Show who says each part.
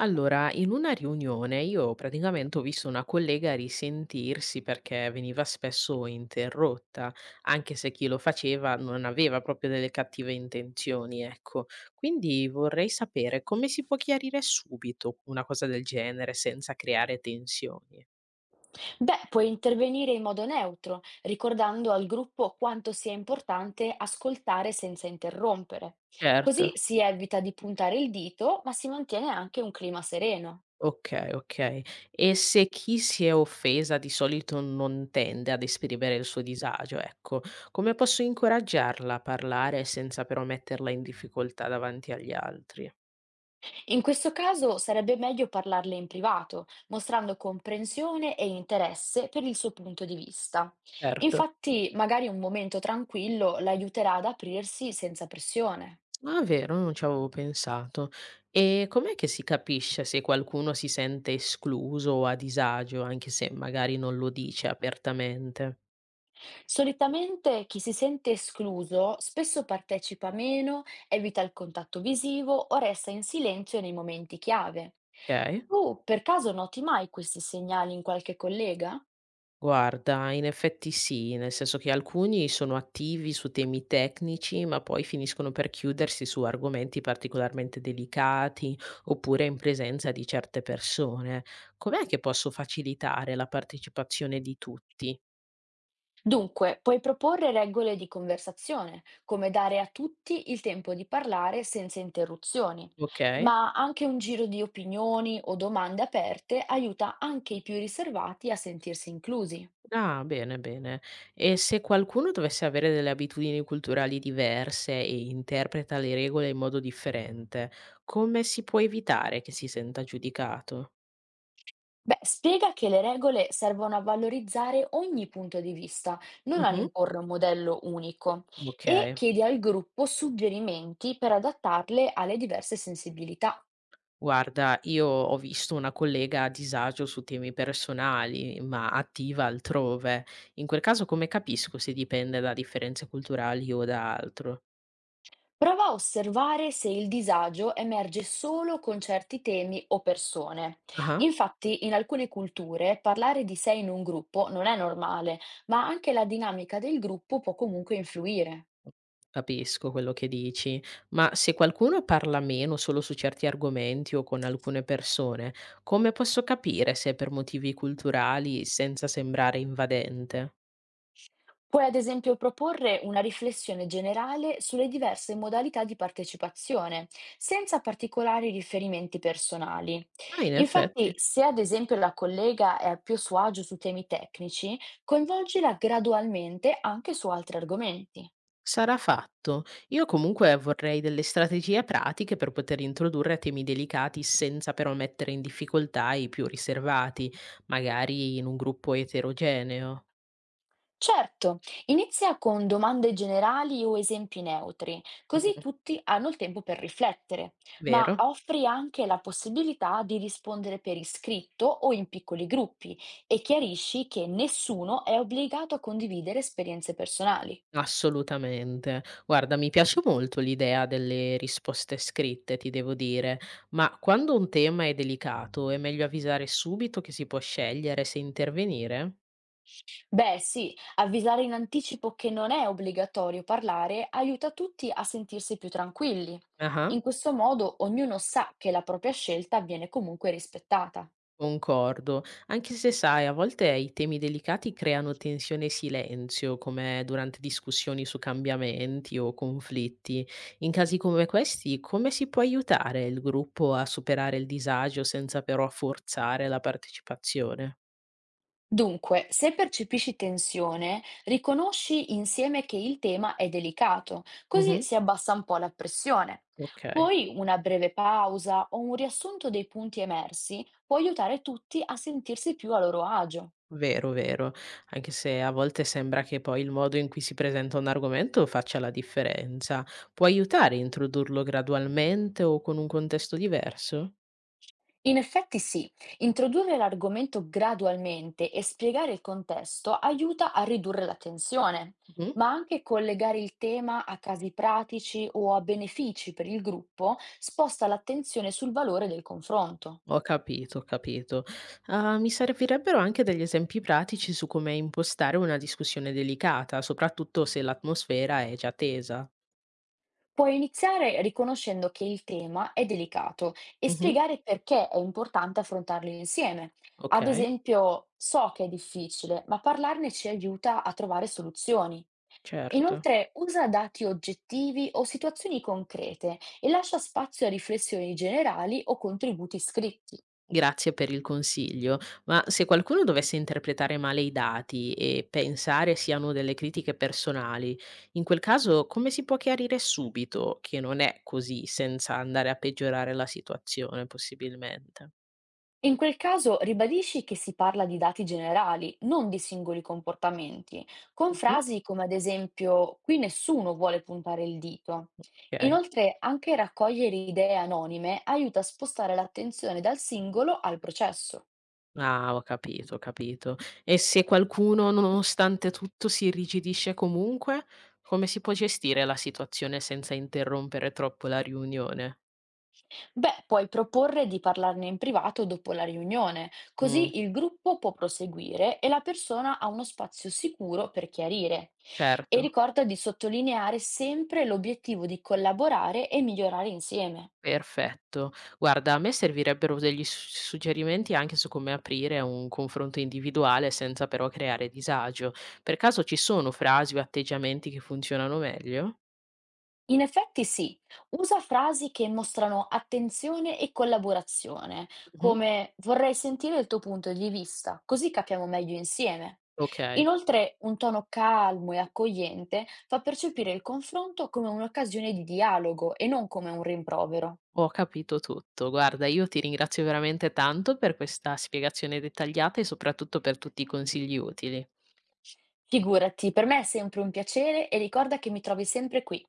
Speaker 1: Allora, in una riunione io praticamente ho visto una collega risentirsi perché veniva spesso interrotta, anche se chi lo faceva non aveva proprio delle cattive intenzioni, ecco. Quindi vorrei sapere come si può chiarire subito una cosa del genere senza creare tensioni.
Speaker 2: Beh, puoi intervenire in modo neutro, ricordando al gruppo quanto sia importante ascoltare senza interrompere.
Speaker 1: Certo.
Speaker 2: Così si evita di puntare il dito, ma si mantiene anche un clima sereno.
Speaker 1: Okay, okay. E se chi si è offesa di solito non tende ad esprimere il suo disagio, ecco, come posso incoraggiarla a parlare senza però metterla in difficoltà davanti agli altri?
Speaker 2: In questo caso sarebbe meglio parlarle in privato, mostrando comprensione e interesse per il suo punto di vista.
Speaker 1: Certo.
Speaker 2: Infatti, magari un momento tranquillo l'aiuterà ad aprirsi senza pressione.
Speaker 1: Ah, vero, non ci avevo pensato. E com'è che si capisce se qualcuno si sente escluso o a disagio, anche se magari non lo dice apertamente?
Speaker 2: Solitamente chi si sente escluso spesso partecipa meno, evita il contatto visivo o resta in silenzio nei momenti chiave.
Speaker 1: Okay.
Speaker 2: Tu per caso noti mai questi segnali in qualche collega?
Speaker 1: Guarda, in effetti sì, nel senso che alcuni sono attivi su temi tecnici, ma poi finiscono per chiudersi su argomenti particolarmente delicati oppure in presenza di certe persone. Com'è che posso facilitare la partecipazione di tutti?
Speaker 2: Dunque, puoi proporre regole di conversazione, come dare a tutti il tempo di parlare senza interruzioni,
Speaker 1: Ok?
Speaker 2: ma anche un giro di opinioni o domande aperte aiuta anche i più riservati a sentirsi inclusi.
Speaker 1: Ah, bene, bene. E se qualcuno dovesse avere delle abitudini culturali diverse e interpreta le regole in modo differente, come si può evitare che si senta giudicato?
Speaker 2: Beh, spiega che le regole servono a valorizzare ogni punto di vista, non ad
Speaker 1: Mhm.
Speaker 2: imporre un modello unico,
Speaker 1: Ok.
Speaker 2: e chiedi al gruppo suggerimenti per adattarle alle diverse sensibilità.
Speaker 1: Guarda, io ho visto una collega a disagio su temi personali, ma attiva altrove. In quel caso, come capisco se dipende da differenze culturali o da altro?
Speaker 2: Prova a osservare se il disagio emerge solo con certi temi o persone.
Speaker 1: Ah,
Speaker 2: Infatti, in alcune culture parlare di sé in un gruppo non è normale, ma anche la dinamica del gruppo può comunque influire.
Speaker 1: capisco quello che dici, ma se qualcuno parla meno solo su certi argomenti o con alcune persone, come posso capire se è per motivi culturali senza sembrare invadente?
Speaker 2: Puoi ad esempio proporre una riflessione generale sulle diverse modalità di partecipazione, senza particolari riferimenti personali.
Speaker 1: Ah, in
Speaker 2: Infatti,
Speaker 1: effetti.
Speaker 2: se ad esempio la collega è più a suo agio su temi tecnici, coinvolgila gradualmente anche su altri argomenti.
Speaker 1: Sarà fatto. Io comunque vorrei delle strategie pratiche per poter introdurre temi delicati senza però mettere in difficoltà i più riservati, magari in un gruppo eterogeneo.
Speaker 2: Certo, inizia con domande generali o esempi neutri, così
Speaker 1: Mm.
Speaker 2: tutti hanno il tempo per riflettere, ma
Speaker 1: Vero?
Speaker 2: offri anche la possibilità di rispondere per iscritto o in piccoli gruppi e chiarisci che nessuno è obbligato a condividere esperienze personali.
Speaker 1: Assolutamente. Guarda, mi piace molto l'idea delle risposte scritte, ti devo dire, ma quando un tema è delicato è meglio avvisare subito che si può scegliere se intervenire?
Speaker 2: Beh, sì, avvisare in anticipo che non è obbligatorio parlare aiuta tutti a sentirsi più tranquilli.
Speaker 1: Ah.
Speaker 2: In questo modo ognuno sa che la propria scelta viene comunque rispettata.
Speaker 1: Concordo, anche se sai, a volte i temi delicati creano tensione e silenzio, come durante discussioni su cambiamenti o conflitti. In casi come questi, come si può aiutare il gruppo a superare il disagio senza però forzare la partecipazione?
Speaker 2: Dunque, se percepisci tensione, riconosci insieme che il tema è delicato, così
Speaker 1: Mhm.
Speaker 2: si abbassa un po' la pressione.
Speaker 1: Ok.
Speaker 2: Poi una breve pausa o un riassunto dei punti emersi può aiutare tutti a sentirsi più a loro agio.
Speaker 1: Vero, vero, anche se a volte sembra che poi il modo in cui si presenta un argomento faccia la differenza. Può aiutare a introdurlo gradualmente o con un contesto diverso?
Speaker 2: In effetti sì, introdurre l'argomento gradualmente e spiegare il contesto aiuta a ridurre la tensione,
Speaker 1: Mhm.
Speaker 2: ma anche collegare il tema a casi pratici o a benefici per il gruppo sposta l'attenzione sul valore del confronto.
Speaker 1: Ho capito, ho capito. Ah, mi servirebbero anche degli esempi pratici su come impostare una discussione delicata, soprattutto se l'atmosfera è già tesa.
Speaker 2: Puoi iniziare riconoscendo che il tema è delicato e
Speaker 1: Mhm.
Speaker 2: spiegare perché è importante affrontarlo insieme.
Speaker 1: Ok,
Speaker 2: Ad esempio, so che è difficile, ma parlarne ci aiuta a trovare soluzioni.
Speaker 1: certo.
Speaker 2: Inoltre, usa dati oggettivi o situazioni concrete e lascia spazio a riflessioni generali o contributi scritti.
Speaker 1: Grazie per il consiglio. Ma se qualcuno dovesse interpretare male i dati e pensare siano delle critiche personali, in quel caso come si può chiarire subito che non è così senza andare a peggiorare la situazione, possibilmente?
Speaker 2: In quel caso ribadisci che si parla di dati generali, non di singoli comportamenti, con
Speaker 1: Mhm.
Speaker 2: frasi come ad esempio qui nessuno vuole puntare il dito.
Speaker 1: Ok.
Speaker 2: Inoltre, anche raccogliere idee anonime aiuta a spostare l'attenzione dal singolo al processo.
Speaker 1: Ah, ho capito, ho capito. E se qualcuno, nonostante tutto, si irrigidisce comunque, come si può gestire la situazione senza interrompere troppo la riunione?
Speaker 2: Beh, puoi proporre di parlarne in privato dopo la riunione,
Speaker 1: Mh,
Speaker 2: così il gruppo può proseguire e la persona ha uno spazio sicuro per chiarire. E
Speaker 1: certo,
Speaker 2: ricorda di sottolineare sempre l'obiettivo di collaborare e migliorare insieme.
Speaker 1: perfetto. Guarda, a me servirebbero degli s suggerimenti anche su come aprire un confronto individuale senza però creare disagio. Per caso ci sono frasi o atteggiamenti che funzionano meglio?
Speaker 2: In effetti sì, usa frasi che mostrano attenzione e collaborazione,
Speaker 1: Mh-mh.
Speaker 2: come vorrei sentire il tuo punto di vista, così capiamo meglio insieme.
Speaker 1: Okay.
Speaker 2: Inoltre, un tono calmo e accogliente fa percepire il confronto come un'occasione di dialogo e non come un rimprovero.
Speaker 1: Ho capito tutto. Guarda, io ti ringrazio veramente tanto per questa spiegazione dettagliata e soprattutto per tutti i consigli utili.
Speaker 2: Figurati, per me è sempre un piacere e ricorda che mi trovi sempre qui.